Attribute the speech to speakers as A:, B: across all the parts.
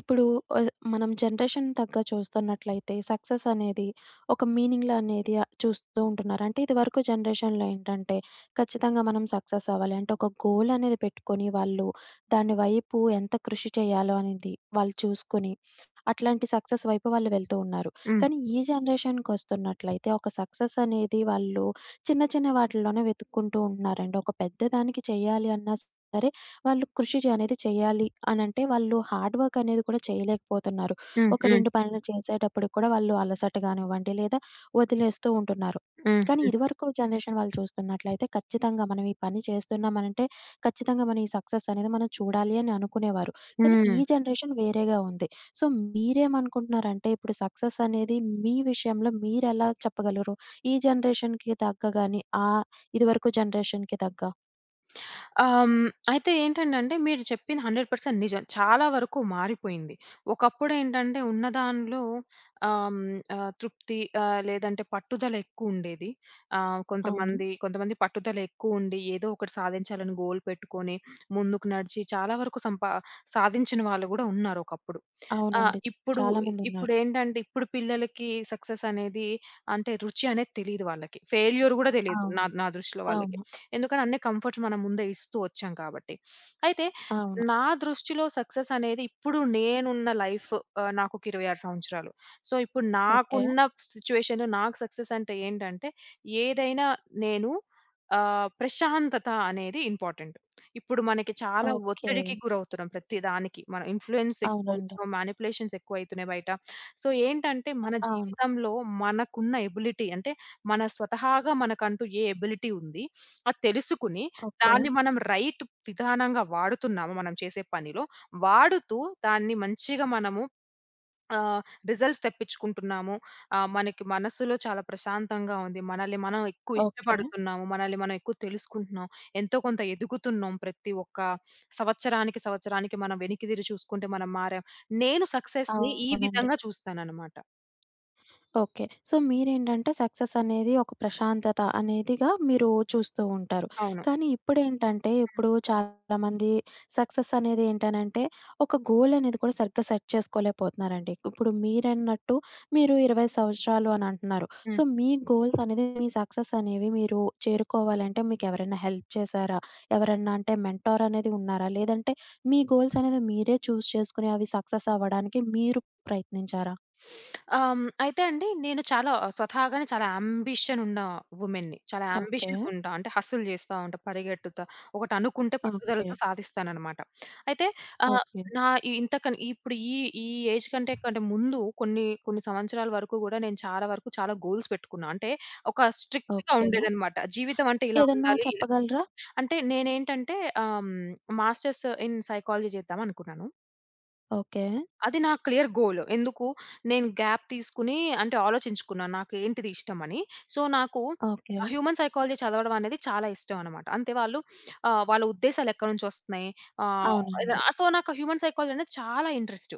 A: ఇప్పుడు ఆహ్, మనం జనరేషన్ తగ్గ చూస్తున్నట్లయితే సక్సెస్ అనేది ఒక మీనింగ్‌లా అనేది చూస్తూ ఉంటున్నారు. అంటే ఇదివరకు జనరేషన్‌లో ఏంటంటే ఖచ్చితంగా మనం సక్సెస్ అవ్వాలి. అంటే ఒక గోల్ అనేది పెట్టుకొని వాళ్ళు దాని వైపు ఎంత కృషి చేయాలో అనేది వాళ్ళు చూసుకొని అట్లాంటి సక్సెస్ వైపు వాళ్ళు వెళ్తూ ఉన్నారు.
B: హ్మ్.
A: కానీ ఈ జనరేషన్‌కొస్తున్నట్లయితే ఒక సక్సెస్ అనేది వాళ్ళు చిన్న చిన్న వాటిల్లోనే వెతుక్కుంటూ ఉంటున్నారండి. ఒక పెద్ద దానికి చేయాలి అన్నా సరే వాళ్ళు కృషి చే అనేది చేయాలి అనంటే, వాళ్ళు హార్డ్ వర్క్ అనేది కూడా చేయలేకపోతున్నారు.
B: హ్మ్.
A: ఒక
B: హ్మ్.
A: 2 పనులు చేసేటప్పటికి కూడా వాళ్ళు అలసట గానివ్వండి, లేదా వదిలేస్తూ ఉంటున్నారు.
B: హ్మ్.
A: కానీ ఇదివరకు జనరేషన్ వాళ్ళు చూస్తున్నట్లయితే ఖచ్చితంగా మనం ఈ పని చేస్తున్నామనంటే, ఖచ్చితంగా మనం ఈ సక్సెస్ అనేది మనం చూడాలి అని అనుకునేవారు. కానీ ఈ
B: హ్మ్.
A: జనరేషన్ వేరేగా ఉంది. సో, మీరేమనుకుంటున్నారంటే ఇప్పుడు సక్సెస్ అనేది మీ విషయంలో మీరెలా చెప్పగలరు? ఈ జనరేషన్‌కి తగ్గ గాని, ఇదివరకు జనరేషన్‌కి తగ్గ?
B: హ్మ్. అయితే ఏంటండంటే మీరు చెప్పింది 100% నిజం. చాలా వరకు మారిపోయింది. ఒకప్పుడేంటంటే ఉన్న దానిలో ఆహ్, హ్మ్. తృప్తి లేదంటే పట్టుదల ఎక్కువుండేది.
A: అవును.
B: కొంతమంది కొంతమంది పట్టుదల ఎక్కువుండి ఏదో ఒకటి సాధించాలని గోల్ పెట్టుకొని ముందుకు నడిచి చాలా వరకు సాధించిన వాళ్ళు గూడా ఉన్నారు ఒకప్పుడు. ఆహ్,
A: అవునండి.
B: ఇప్పుడు
A: చాలా మందున్నారు.
B: ఇప్పుడేంటంటే ఇప్పుడు పిల్లలకి సక్సెస్ అనేది అంటే రుచి అనేది తెలీదు వాళ్ళకి. ఫెయిల్యూర్ గూడా తెలీదు నా
A: అవును.
B: నా దృష్టిలో వాళ్ళకి.
A: అవును.
B: ఎందుకని అన్ని కంఫర్ట్స్ మనం ముందే ఇస్తూ వచ్చాం కాబట్టి. అయితే
A: అవును.
B: నా దృష్టిలో సక్సెస్ అనేది ఇప్పుడు నేనున్న లైఫ్, నాకొక 26 సంవత్సరాలు. సో, ఇప్పుడు
A: ఓకే.
B: నాకున్న సిట్యుయేషన్‌లో నాకు సక్సెస్ అంటే ఏంటంటే ఏదైనా నేను ప్రశాంతత అనేది ఇంపార్టెంట్. ఇప్పుడు మనకి చాలా
A: ఓకే.
B: ఒత్తిడికి గురవుతున్నాం ప్రతి దానికి. మన ఇన్‌ఫ్లూయెన్స్
A: అవునండి.
B: ఎక్కువవుతున్నాం. మానిప్యులేషన్స్ ఎక్కువైతున్నాయి బయట. సో, ఏంటంటే మన
A: అవును.
B: జీవితంలో మనకున్న ఎబిలిటీ అంటే మన స్వతహాగా మనకంటూ ఏ ఎబిలిటీ ఉంది? అది తెలుసుకుని,
A: ఓకే.
B: దాన్ని మనం రైట్ విధానంగా వాడుతున్నామా మనం చేసే పనిలో, వాడుతూ దాన్ని మంచిగా మనము ఆహ్, రిజల్ట్స్ తెప్పించుకుంటున్నాము. మనకి మనస్సులో చాలా ప్రశాంతంగా ఉంది. మనల్ని మనం ఎక్కువ
A: ఓకే.
B: ఇష్టపడుతున్నాము. మనల్ని మనం ఎక్కువ తెలుసుకుంటున్నాం. ఎంతో కొంత ఎదుగుతున్నాం. ప్రతి ఒక్క సంవత్సరానికి, సంవత్సరానికి మనం వెనక్కి తిరిగి చూసుకుంటే మనం మారాం. నేను సక్సెస్‌ని ఈ
A: అవునండి.
B: విధంగా చూస్తాననమాట.
A: ఓకే. సో, మీరేంటంటే సక్సెస్ అనేది ఒక ప్రశాంతత అనేదిగా మీరు చూస్తూ ఉంటారు.
B: అవును.
A: కానీ ఇప్పుడేంటంటే, ఇప్పుడు చాలామంది సక్సెస్ అనేది ఏంటనంటే, ఒక గోల్ అనేది కూడా సరిగ్గా సెట్ చేసుకోలేకపోతున్నారండి. ఇప్పుడు మీరన్నట్టు మీరు 20 సంవత్సరాలు అని అంటున్నారు. సో,
B: హ్మ్.
A: మీ గోల్స్ అనేది మీ సక్సెస్ అనేవి మీరు చేరుకోవాలంటే మీకెవరైనా హెల్ప్ చేశారా? ఎవరన్నా అంటే మెంటార్ అనేది ఉన్నారా? లేదంటే మీ గోల్స్ అనేది మీరే చూజ్ చేసుకొని అవి సక్సెస్ అవ్వడానికి మీరు ప్రయత్నించారా?
B: హ్మ్. అయితే అండి నేను చాలా స్వతహాగానే చాలా యాంబిషన్ ఉన్న వుమెన్‌ని. చాలా
A: ఓకే.
B: యాంబిషియస్ ఉంటా. అంటే హస్సుల్ జేస్తా ఉంటా, పరిగెట్టుతా. ఒకటనుకుంటే
A: ఓకే.
B: పట్టుదలతో సాధిస్తాననమాట. అయితే ఆహ్,
A: ఓకే.
B: నా ఇంతకని ఇప్పుడు ఈ ఈ ఏజ్ కంటే కంటే ముందు కొన్ని కొన్ని సంవత్సరాల వరకు గూడా నేను చాలా వరకు చాలా గోల్స్ పెట్టుకున్నా. అంటే ఒక స్ట్రిక్ట్‌గా
A: ఓకే.
B: ఉండేదనమాట. జీవితం అంటే ఇలా
A: ఏదన్నా
B: ఉండాలి.
A: చెప్పగలరా?
B: అంటే నేనేంటంటే ఆహ్, హ్మ్, మాస్టర్స్ ఇన్ సైకాలజీ చేద్దాం అనుకున్నాను.
A: ఓకే.
B: అది నా క్లియర్ గోల్. ఎందుకు నేను గ్యాప్ తీసుకొని అంటే ఆలోచించుకున్నాను. నాకు ఏంటిది ఇష్టమని. సో, నాకు
A: ఓకే.
B: హ్యూమన్ సైకాలజీ చదవడం అనేది చాలా ఇష్టం అనమాట. అంతే వాళ్ళ ఉద్దేశాలు ఎక్కడి నుంచి వస్తున్నాయి. ఆహ్, ఇద
A: అవునండి.
B: సో, నాకు హ్యూమన్ సైకాలజీ అనేది చాలా ఇంట్రెస్ట్.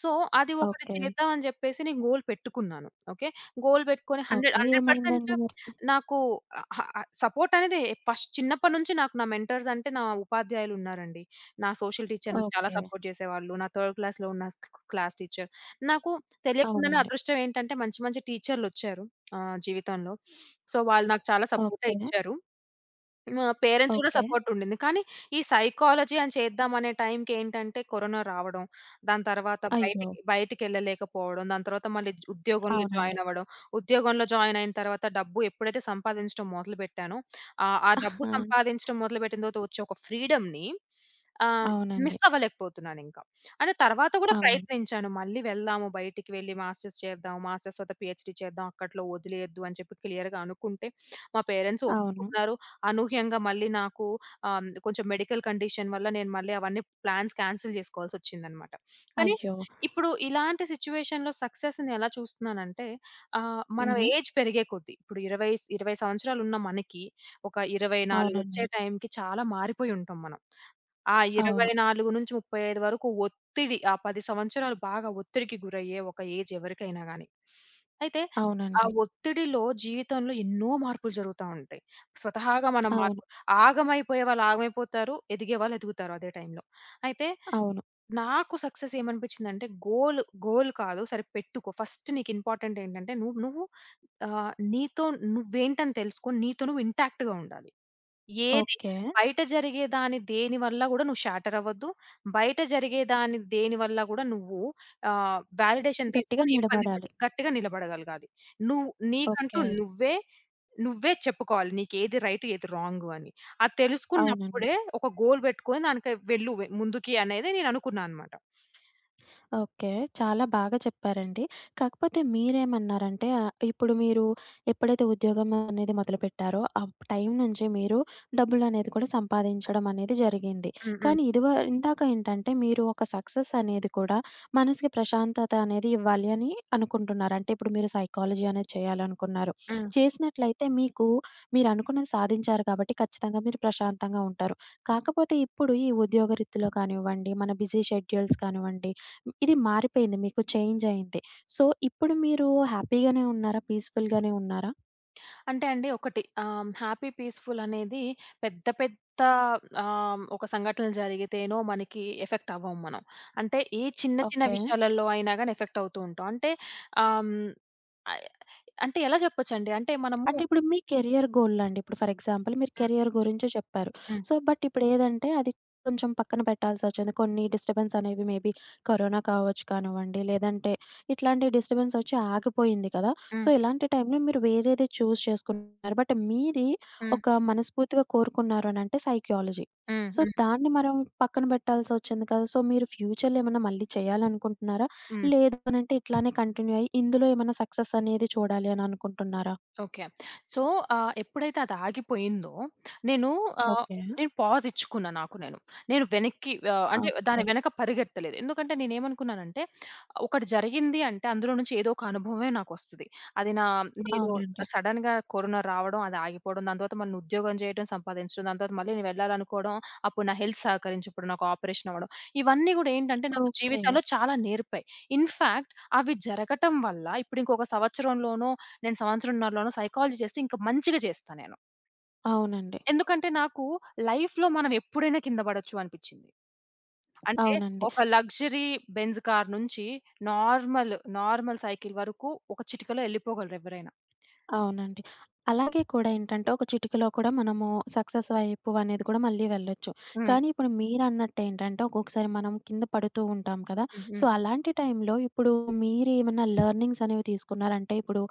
B: సో, అది ఒకటి
A: ఓకే.
B: చేద్దాం అని చెప్పేసి నేను గోల్ పెట్టుకున్నాను. ఓకే. గోల్ పెట్టుకొని 100,
A: ఓకే. ఏమైందండి
B: 100%
A: మరి?
B: నాకు ఆహ్, ఆహ్, సపోర్ట్ అనేది ఫస్ట్ చిన్నప్పటి నుంచి నాకు నా మెంటర్స్ అంటే నా ఉపాధ్యాయులు ఉన్నారండి. నా సోషల్ టీచర్ నాకు చాలా
A: ఓకే.
B: సపోర్ట్ చేసేవాళ్ళు. నా థర్డ్ క్లాస్‌లో ఉన్న క్లాస్ టీచర్. నాకు తెలియకుండానే
A: అవునండి.
B: అదృష్టం ఏంటంటే మంచి మంచి టీచర్‌లొచ్చారు జీవితంలో. సో, వాళ్ళు నాకు చాలా సపోర్టే
A: ఓకే.
B: ఇచ్చారు. మా పేరెంట్స్ గూడా
A: ఓకే.
B: సపోర్ట్ ఉండింది. కానీ, ఈ సైకాలజీ అని చేద్దామనే టైంకేంటంటే కరోనా రావడం, దాని తర్వాత
A: అయ్యో!
B: బయటికెళ్ళలేకపోవడం, దాని తర్వాత మళ్ళీ ఉద్యోగంలో
A: అవునండి.
B: జాయిన్ అవ్వడం, ఉద్యోగంలో జాయిన్ అయిన తర్వాత డబ్బు ఎప్పుడైతే సంపాదించడం మొదలుపెట్టానో, ఆ ఆ
A: ఆ!
B: డబ్బు సంపాదించడం మొదలుపెట్టిన తర్వాత వచ్చే ఒక ఫ్రీడమ్‌ని ఆహ్,
A: అవునండి.
B: మిస్ అవ్వలేకపోతున్నానింక. అంటే తర్వాత గూడా
A: అవును.
B: ప్రయత్నించాను. మళ్ళీ వెళ్దాము బయటికి వెళ్లి మాస్టర్స్ చేద్దాం, మాస్టర్స్ తర్వాత పీహెచ్‌డీ చేద్దాం, అక్కట్లో వదిలేయొద్దు అని చెప్పి క్లియర్‌గా అనుకుంటే, మా పేరెంట్స్
A: అవును.
B: ఒప్పుకున్నారు. అనూహ్యంగా మళ్ళీ నాకు కొంచెం మెడికల్ కండిషన్ వల్ల నేను మళ్ళీ అవన్నీ ప్లాన్స్ క్యాన్సిల్ జేసుకోవాల్సొచ్చిందనమాట. కానీ
A: అయ్యో!
B: ఇప్పుడు ఇలాంటి సిట్యుయేషన్‌లో సక్సెస్‌ని ఎలా చూస్తున్నానంటే మన
A: హుహు.
B: ఏజ్ పెరిగే కొద్దీ ఇప్పుడు 20 20 సంవత్సరాలున్న మనకి ఒక 24
A: అవునండి.
B: వచ్చే టైంకి చాలా మారిపోయి ఉంటాం మనం. ఆ
A: అవును.
B: 24 నుంచి 35 వరకు ఒత్తిడి, ఆ 10 సంవత్సరాలు బాగా ఒత్తిడికి గురయ్యే ఒక ఏజ్ ఎవరికైనా గాని. అయితే ఆ
A: అవునండి.
B: ఒత్తిడిలో జీవితంలో ఎన్నో మార్పులు జరుగుతా ఉంటాయి. స్వతహాగా మనం
A: అవును.
B: మార్పు ఆగమైపోయే వాళ్ళు ఆగమైపోతారు. ఎదిగే వాళ్ళు ఎదుగుతారు అదే టైంలో. అయితే
A: అవును.
B: నాకు సక్సెస్ ఏమనిపించిందంటే గోల్ కాదు సరే పెట్టుకో. ఫస్ట్ నీకు ఇంపార్టెంట్ ఏంటంటే నువ్వు నువ్వు నీతో నువ్వేంటని తెలుసుకొని నీతో నువ్వు ఇంటాక్ట్‌గా ఉండాలి. ఏది
A: ఓకే.
B: బయట జరిగేదాని దేని వల్ల గూడా నువ్వు షాటర్ అవ్వద్దు. బయట జరిగేదాని దేని వల్ల గూడా నువ్వు వాలిడేషన్
A: గట్టిగా
B: తీసుకొని ఇబ్బంది
A: నిలబడాలి.
B: పడద్దు. గట్టిగా నిలబడగలగాలి. నువ్వు నీకంటూ
A: ఓకే.
B: నువ్వే నువ్వే చెప్పుకోవాలి. నీకేది రైట్, ఏది రాంగు అని. అది
A: అవునండి.
B: తెలుసుకున్నప్పుడే ఒక గోల్ పెట్టుకొని దానికి వెళ్ళు ముందుకి అనేది నేననుకున్నా అనమాట.
A: ఓకే. చాలా బాగా చెప్పారండి. కాకపోతే మీరేమన్నారంటే ఇప్పుడు మీరు ఎప్పుడైతే ఉద్యోగం అనేది మొదలుపెట్టారో, ఆ టైం నుంచి మీరు డబ్బులనేది కూడా సంపాదించడం అనేది జరిగింది.
B: హ్మ్. హ్మ్.
A: కానీ ఇదివ ఇందాక ఏంటంటే మీరు ఒక సక్సెస్ అనేది కూడా మనసుకి ప్రశాంతత అనేది ఇవ్వాలి అని అనుకుంటున్నారు. అంటే ఇప్పుడు మీరు సైకాలజీ అనేది చేయాలనుకున్నారు.
B: హ్మ్.
A: చేసినట్లయితే మీకు మీరనుకున్నది సాధించారు కాబట్టి ఖచ్చితంగా మీరు ప్రశాంతంగా ఉంటారు. కాకపోతే ఇప్పుడు ఈ ఉద్యోగరీత్యాలో కానివ్వండి, మన బిజీ షెడ్యూల్స్ కానివ్వండి, ఇది మారిపోయింది. మీకు చేంజ్ అయింది. సో, ఇప్పుడు మీరు హ్యాపీ గానే ఉన్నారా? పీస్‌ఫుల్ గానే ఉన్నారా?
B: అంటే అండి ఒకటి హ్యాపీ, పీస్‌ఫుల్ అనేది పెద్ద పెద్ద ఒక సంఘటనలు జరిగితేనో మనకి ఎఫెక్ట్ అవ్వం మనం. అంటే ఏ చిన్న చిన్న
A: ఓకే.
B: విషయాలలో అయినా గాని ఎఫెక్ట్ అవుతూ ఉంటాం. ఆహ్, అంటే ఎలా చెప్పొచ్చండి? అంటే మనము
A: అంటే ఇప్పుడు మీ కెరియర్ గోల్‌లండి. ఇప్పుడు ఫర్ ఎగ్జాంపుల్ మీరు
B: హ్మ్.
A: కెరియర్ గురించి చెప్పారు.
B: హ్మ్.
A: సో, బట్ ఇప్పుడేదంటే అది కొంచెం పక్కన పెట్టాల్సొచ్చింది. కొన్ని డిస్టర్బెన్స్ అనేవి మేబీ కరోనా కావచ్చు కానివ్వండి, లేదంటే ఇట్లాంటి డిస్టర్బెన్స్ వచ్చి ఆగిపోయింది కదా! సో,
B: హ్మ్.
A: ఇలాంటి టైంలో మీరు వేరేది చూజ్ చేసుకున్నారు. బట్ మీది
B: హ్మ్.
A: ఒక మనస్ఫూర్తిగా కోరుకున్నారు అనంటే సైకియాలజీ.
B: హ్మ్.
A: సో,
B: హ్మ్.
A: దాన్ని మనం పక్కన పెట్టాల్సొచ్చింది కదా! సో, మీరు ఫ్యూచర్‌లో ఏమన్నా మళ్ళీ చేయాలనుకుంటున్నారా?
B: హ్మ్.
A: లేదు అనంటే ఇట్లానే కంటిన్యూ అయ్యి ఇందులో ఏమన్నా సక్సెస్ అనేది చూడాలి అని అనుకుంటున్నారా?
B: ఓకే. సో, ఎప్పుడైతే అది ఆగిపోయిందో, నేను ఆహ్,
A: ఓకే.
B: నేను పాజ్ ఇచ్చుకున్నా నాకు నేను. నేను వెనక్కి, అంటే దాని
A: ఓకే.
B: వెనక పరిగెత్తలేదు. ఎందుకంటే నేనేమనుకున్నానంటే, ఒకటి జరిగింది అంటే అందులో నుంచి ఏదో ఒక అనుభవమే నాకొస్తది. అది నా నేను
A: అవునండి.
B: సడెన్‌గా కరోనా రావడం, అది ఆగిపోవడం, దాని తర్వాత మళ్ళీ ఉద్యోగం చేయడం, సంపాదించడం, దాని తర్వాత మళ్ళీ నేను వెళ్ళాలనుకోవడం, అప్పుడు నా హెల్త్ సహకరించకపోవడం, నాకు ఆపరేషన్ అవ్వడం, ఇవన్నీ గూడా ఏంటంటే నాకు
A: ఓకే.
B: జీవితంలో చాలా నేర్పాయి. ఇన్‌ఫాక్ట్ అవి జరగటం వల్ల ఇప్పుడు ఇంకొక సంవత్సరంలోనో, నేను సంవత్సరంన్నరలోనో సైకాలజీ చేస్తే ఇంకా మంచిగా చేస్తా నేను.
A: అవునండి.
B: ఎందుకంటే నాకు లైఫ్‌లో మనం ఎప్పుడైనా కింద పడొచ్చు అనిపిచ్చింది. అంటే
A: అవునండి.
B: ఒక లగ్జరీ బెంజ్ కార్ నుంచి నార్మల్, నార్మల్ సైకిల్ వరకు ఒక చిటికలో ఎళ్ళిపోగలరు ఎవరైనా.
A: అవునండి. అలాగే కూడా ఏంటంటే ఒక చిటికలో కూడా మనము సక్సెస్ వైపు అనేది కూడా మళ్ళీ వెళ్ళొచ్చు.
B: హ్మ్.
A: కానీ ఇప్పుడు మీరన్నట్టేంటంటే ఒక్కొక్కసారి మనం కింద పడుతూ ఉంటాం కదా!
B: హ్మ్.
A: సో,
B: హ్మ్.
A: అలాంటి టైంలో ఇప్పుడు మీరేమన్నా లెర్నింగ్స్ అనేవి తీసుకున్నారంటే ఇప్పుడు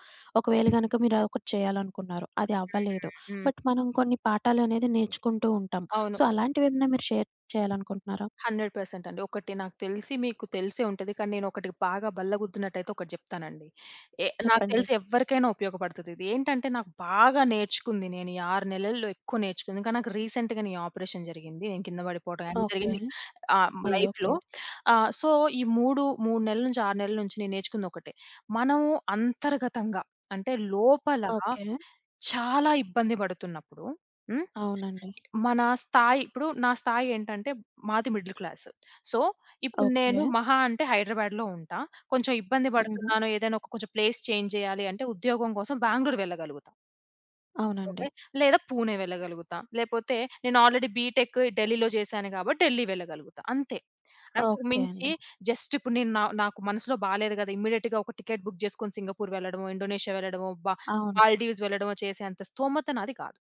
A: ఒకవేళ గనక మీరు ఒకటి చేయాలనుకున్నారు. అది అవ్వలేదు.
B: హ్మ్.
A: బట్ మనం కొన్ని పాఠాలనేది నేర్చుకుంటూ ఉంటాం.
B: అవును.
A: సో, అలాంటివేమన్నా మీరు షేర్ చేయాలనుకుంటున్నారా?
B: 100% అండి. ఒకటి నాకు తెలిసి మీకు తెలిసే ఉంటది. కానీ నేనొకటి బాగా బల్లగుద్దినట్టయితే ఒకటి జెప్తానండి. నాకు
A: చెప్పండి.
B: తెలిసి ఎవ్వరికైనా ఉపయోగపడుతది. ఇది ఏంటంటే నాకు బాగా నేర్చుకుంది. నేను ఈ 6 నెలల్లో ఎక్కువ నేర్చుకుంది. ఇంకా నాకు రీసెంట్‌గా నీ ఆపరేషన్ జరిగింది. నేను కింద పడిపోవడం అన్నీ
A: ఓకే.
B: జరిగింది
A: అయ్యో!
B: లైఫ్‌లో.
A: ఓకే.
B: సో, ఈ 3, 3 నెలల నుంచి 6 నెలల నుంచి నేను నేర్చుకుంది ఒకటే. మనము అంతర్గతంగా అంటే లోపల
A: ఓకే.
B: చాలా ఇబ్బంది పడుతున్నప్పుడు హ్మ్.
A: అవునండి.
B: మన స్థాయి ఇప్పుడు నా స్థాయి ఏంటంటే మాది మిడిల్ క్లాస్. సో, ఇప్పుడు నేను
A: ఓకే.
B: మహా అంటే హైదరాబాద్‌లో ఉంటా. కొంచెం ఇబ్బంది
A: హుహు.
B: పడుతున్నాను. ఏదైనా ఒక కొంచెం ప్లేస్ చేంజ్ చేయాలి అంటే ఉద్యోగం కోసం బెంగుళూరు వెళ్ళగలుగుతా.
A: అవునండి.
B: ఓకే. లేదా పూణే వెళ్ళగలుగుతా. లేపోతే నేను ఆల్రెడీ బీటెక్ ఢిల్లీలో చేశాను కాబట్టి ఢిల్లీ వెళ్ళగలుగుతా. అంతే. అంతకు
A: ఓకే
B: మించి
A: అండి.
B: జస్ట్ ఇప్పుడు నేను నా నాకు మనసులో బాలేదు కదా! ఇమ్మీడియేట్‌గా ఒక టికెట్ బుక్ చేసుకొని సింగపూర్ వెళ్ళడమో, ఇండోనేషియా వెళ్ళడమో,
A: అవును.
B: మాల్‌డీవ్స్ వెళ్ళడమో చేసేంత స్తోమత నాది కాదు.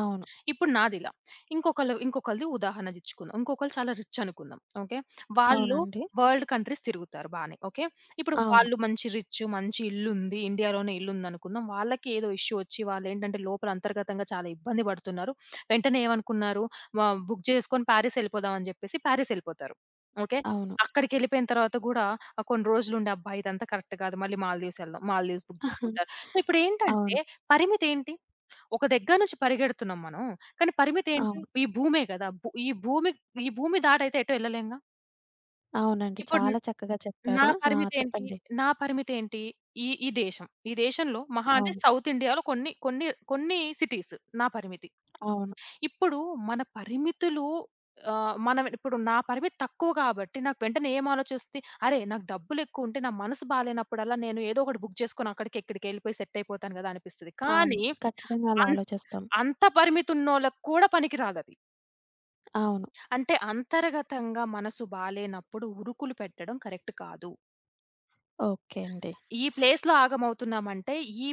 A: అవును.
B: ఇప్పుడు నాదిలా. ఇంకొకళ్ళది ఉదాహరణ ఇచ్చుకుందాం. ఇంకొకళ్ళు చాలా రిచ్ అనుకుందాం. ఓకే. వాళ్ళు
A: అవునండి.
B: వరల్డ్ కంట్రీస్ తిరుగుతారు బానే. ఓకే. ఇప్పుడు
A: అవును.
B: వాళ్ళు మంచి రిచ్, మంచి ఇల్లుంది. ఇండియాలోనే ఇల్లుందనుకుందాం. వాళ్ళకి ఏదో ఇష్యూ వచ్చి వాళ్ళేంటంటే లోపల అంతర్గతంగా చాలా ఇబ్బంది పడుతున్నారు. వెంటనే ఏమనుకున్నారు, వ బుక్ చేసుకొని పారిస్ ఎళ్ళిపోదాం అని చెప్పేసి పారిస్ ఎళ్ళిపోతారు. ఓకే.
A: అవును.
B: అక్కడికెళ్ళిపోయిన తర్వాత గూడా కొన్ని రోజులుండి అబ్బా! ఇదంతా కరెక్ట్ కాదు. మళ్ళీ మాల్దీవ్స్ ఎళ్దాం. మాల్దీవ్స్ బుక్ చేసుకుంటారు. సో, ఇప్పుడేంటంటే
A: అవును.
B: పరిమితేంటి? ఒక దగ్గర నుంచి పరిగెడుతున్నాం మనం. కానీ పరిమితేంటి?
A: అవును.
B: ఈ భూమే గదా! ఈ భూమి దాటైతే ఎటు ఎళ్ళలేంగా.
A: అవునండి.
B: ఇప్పుడు
A: చాలా చక్కగా
B: నా
A: చెప్పారు. ఆ!
B: పరిమితేంటి?
A: చెప్పండి.
B: నా పరిమితేంటి? ఈ ఈ దేశం. ఈ దేశంలో మహా అంటే
A: అవును.
B: సౌత్ ఇండియాలో కొన్ని కొన్ని కొన్ని సిటీస్ నా పరిమితి.
A: అవును.
B: ఇప్పుడు మన పరిమితులు మనం ఇప్పుడు నా పరిమితి తక్కువ కాబట్టి నాకు వెంటనే ఏం ఆలోచొస్తది? అరే! నాకు డబ్బులెక్కువుంటే నా మనసు బాలేనప్పుడల్లా నేను ఏదో ఒకటి బుక్ చేసుకొని అక్కడికి ఇక్కడికి ఎళ్ళిపోయి సెట్ అయిపోతాను గదా! అనిపిస్తది.
A: అవును.
B: కానీ
A: ఖచ్చితంగా అలా
B: అన్
A: ఆలోచిస్తాం.
B: అంత పరిమితున్నోళ్ళకి కూడా పనికిరాదది.
A: అవును.
B: అంటే అంతర్గతంగా మనసు బాలేనప్పుడు ఉరుకులు పెట్టడం కరెక్ట్ కాదు.
A: ఓకే అండి.
B: ఈ ప్లేస్‌లో ఆగమవుతున్నామంటే, ఈ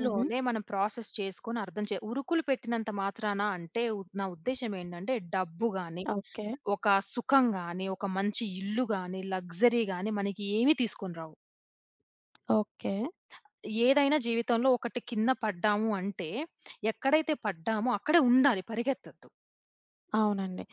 A: హుహు.
B: మనం ప్రాసెస్ చేసుకొని అర్థం ఉరుకులు పెట్టినంత మాత్రాన అంటే నా ఉద్దేశ్యం ఏంటంటే డబ్బు గాని,
A: ఓకే.
B: ఒక సుఖం గాని, ఒక మంచి ఇల్లు గాని, లగ్జరీ గాని మనకి ఏమీ తీసుకొని రావు.
A: ఓకే.
B: ఏదైనా జీవితంలో ఒకటి కింద పడ్డాము అంటే, ఎక్కడైతే పడ్డామో అక్కడే ఉండాలి, పరిగెత్తొద్దు.
A: అవునండి.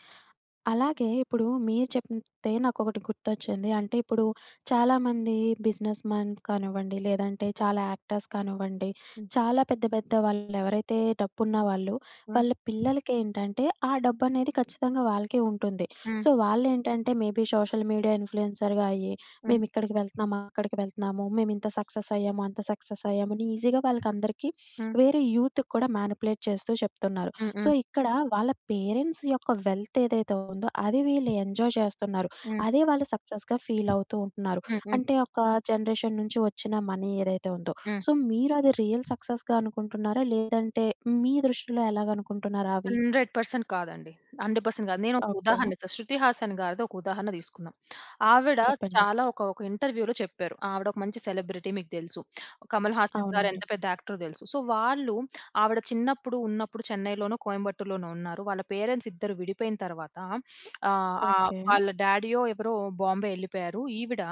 A: అలాగే ఇప్పుడు మీరు చెప్తే నాకొకటి గుర్తొచ్చింది. అంటే ఇప్పుడు చాలామంది బిజినెస్ మాన్స్ కానివ్వండి, లేదంటే చాలా యాక్టర్స్ కానివ్వండి,
B: హ్మ్.
A: చాలా పెద్ద పెద్ద వాళ్ళెవరైతే డబ్బున్న వాళ్ళు,
B: హ్మ్.
A: వాళ్ళ పిల్లలకేంటంటే ఆ డబ్బనేది ఖచ్చితంగా వాళ్ళకే ఉంటుంది.
B: హ్మ్.
A: సో, వాళ్ళేంటంటే మేబీ సోషల్ మీడియా ఇన్‌ఫ్లుయెన్సర్‌గా అయ్యి,
B: హ్మ్.
A: మేమిక్కడికి వెళ్తున్నాము, అక్కడికి వెళ్తున్నాము, మేమింత సక్సెస్ అయ్యాము, అంత సక్సెస్ అయ్యాము అని ఈజీగా వాళ్ళకందరికీ
B: హ్మ్.
A: వేరే యూత్‌కి కూడా మ్యానిపులేట్ చేస్తూ చెప్తున్నారు.
B: హ్మ్.
A: సో,
B: హ్మ్.
A: ఇక్కడ వాళ్ళ పేరెంట్స్ యొక్క వెల్త్ ఏదైతే ఉందో, అది వీళ్ళు ఎంజాయ్ చేస్తున్నారు.
B: హ్మ్.
A: అదే వాళ్ళు సక్సెస్‌గా ఫీల్ అవుతూ ఉంటున్నారు.
B: హ్మ్. హ్మ్.
A: అంటే ఒక జనరేషన్ నుంచి వచ్చిన మనీ ఏదైతే ఉందో,
B: హ్మ్.
A: సో, మీరు అది రియల్ సక్సెస్‌గా అనుకుంటున్నారా? లేదంటే మీ దృష్టిలో ఎలాగనుకుంటున్నారా అవి?
B: 100% కాదండి. 100% కాదు. నేనొక
A: ఓకే.
B: ఉదాహరణ ఇస్తా. 'శృతి హాసన్' గారిది ఒక ఉదాహరణ తీసుకుందాం. ఆవిడ
A: చెప్పండి.
B: చాలా ఒక ఒక ఇంటర్వ్యూలో చెప్పారు. ఆవిడ ఒక మంచి సెలబ్రిటీ మీకు తెలుసు. 'కమల్ హాసన్' గారు
A: అవునండి.
B: ఎంత పెద్ద యాక్టరో తెలుసు. సో, ఆవిడ చిన్నప్పుడు ఉన్నప్పుడు చెన్నైలోనో, కోయంబత్తూర్‌లోనో ఉన్నారు. వాళ్ళ పేరెంట్స్ ఇద్దరు విడిపోయిన తర్వాత ఆహ్, ఆహ్,
A: ఓకే.
B: వాళ్ళ డ్యాడీయో ఎవరో బాంబే ఎళ్ళిపోయారు. ఈవిడ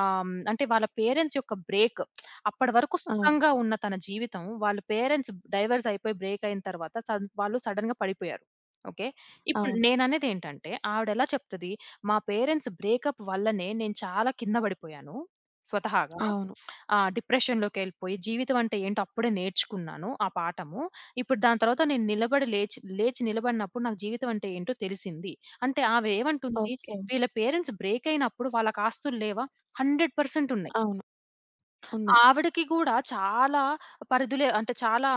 B: అంటే వాళ్ళ పేరెంట్స్ యొక్క బ్రేక్, అప్పటి వరకు
A: అవును.
B: సుఖంగా ఉన్న తన జీవితం వాళ్ళ పేరెంట్స్ డైవర్స్ అయిపోయి బ్రేక్ అయిన తర్వాత సడ్ వాళ్ళు సడెన్‌గా పడిపోయారు. ఓకే. ఇప్పుడు
A: అవును.
B: నేననేదేంటంటే ఆవిడెలా చెప్తది, మా పేరెంట్స్ బ్రేకప్ వల్లనే నేను చాలా కింద పడిపోయాను స్వతహాగా.
A: అవును.
B: డిప్రెషన్‌లోకెళ్ళిపోయి జీవితం అంటే ఏంటో అప్పుడే నేర్చుకున్నాను ఆ పాఠము. ఇప్పుడు దాని తర్వాత నేను నిలబడి లేచి, లేచి నిలబడినప్పుడు నాకు జీవితం అంటే ఏంటో తెలిసింది. అంటే ఆవిడేమంటుంది,
A: ఓకే.
B: వీళ్ళ పేరెంట్స్ బ్రేక్ అయినప్పుడు వాళ్ళకి ఆస్తులు లేవా? 100% ఉన్నాయి.
A: అవును. ఉన్నాయి.
B: ఆవిడకి గూడా చాలా పరిధులే అంటే చాలా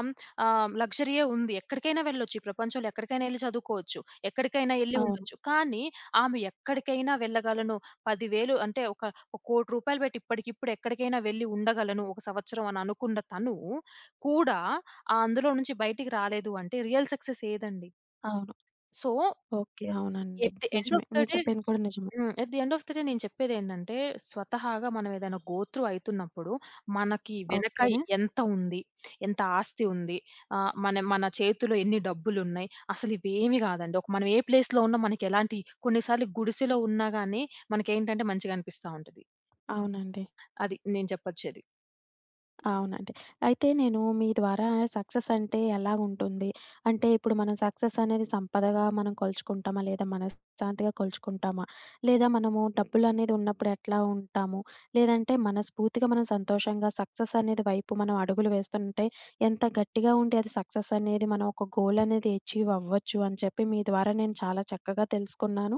B: లగ్జరీయే ఉంది. ఎక్కడికైనా వెళ్ళొచ్చు. ఈ ప్రపంచంలో ఎక్కడికైనా ఎళ్లి చదువుకోవచ్చు. ఎక్కడికైనా ఎళ్లి
A: అవును.
B: ఉండొచ్చు. కానీ ఆమె ఎక్కడికైనా వెళ్ళగలను. 10,000 అంటే ఒక రూ. 1,00,00,000 పెట్టి ఇప్పటికిప్పుడు ఎక్కడికైనా వెళ్లి ఉండగలను. ఒక సంవత్సరం అని అనుకున్న తను కూడా అందులో నుంచి బయటికి రాలేదు అంటే రియల్ సక్సెస్ ఏదండి?
A: అవును.
B: So,
A: okay. అవునండి.
B: ఎట్ ది ఎండ్
A: నిజమే.
B: ఆఫ్ ద
A: మీరు
B: డే
A: చెప్పింది కూడా నిజమే.
B: హ్మ్. At the end of the day నేను చెప్పేదేంటంటే, స్వతహాగా మనం ఏదైనా గో త్రూ అయితున్నప్పుడు, మనకి వెనక
A: ఓకే.
B: ఎంత ఉంది? ఎంత ఆస్తి ఉంది? మన మన చేతిలో ఎన్ని డబ్బులున్నాయి? అసలు ఇవేమి గాదండి. ఒక మనం ఏ ప్లేస్‌లో ఉన్నా మనకెలాంటి కొన్నిసార్లు గుడిసెలో ఉన్నా గానీ, మనకేంటంటే మంచిగా అనిపిస్తా ఉంటది.
A: అవునండి.
B: అది నేను చెప్పొచ్చేది.
A: అవునండి. అయితే నేను మీ ద్వారా సక్సెస్ అంటే ఎలాగుంటుంది? అంటే ఇప్పుడు మనం సక్సెస్ అనేది సంపదగా మనం కొలుచుకుంటామా? లేదా మనశ్శాంతిగా కొలుచుకుంటామా? లేదా మనము డబ్బులనేది ఉన్నప్పుడు ఎట్లా ఉంటాము? లేదంటే మనస్ఫూర్తిగా మనం సంతోషంగా సక్సెస్ అనేది వైపు మనం అడుగులు వేస్తుంటే ఎంత గట్టిగా ఉండి అది సక్సెస్ అనేది మనం ఒక గోల్ అనేది అచీవ్ అవ్వచ్చు అని చెప్పి మీ ద్వారా నేను చాలా చక్కగా తెలుసుకున్నాను.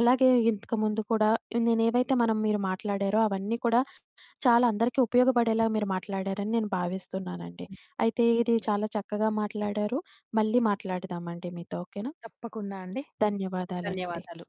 A: అలాగే ఇంతకుముందు కూడా నేనేవైతే మనం మీరు మాట్లాడారో అవన్నీ కూడా చాలా అందరికీ ఉపయోగపడేలా మీరు మాట్లాడారని నేను భావిస్తున్నానండి.
B: హ్మ్.
A: అయితే ఇది చాలా చక్కగా మాట్లాడారు. మళ్ళీ మాట్లాడదామండి మీతో. ఓకేనా?
B: తప్పకుండా అండి.
A: ధన్యవాదాలండి.
B: ధన్యవాదాలు.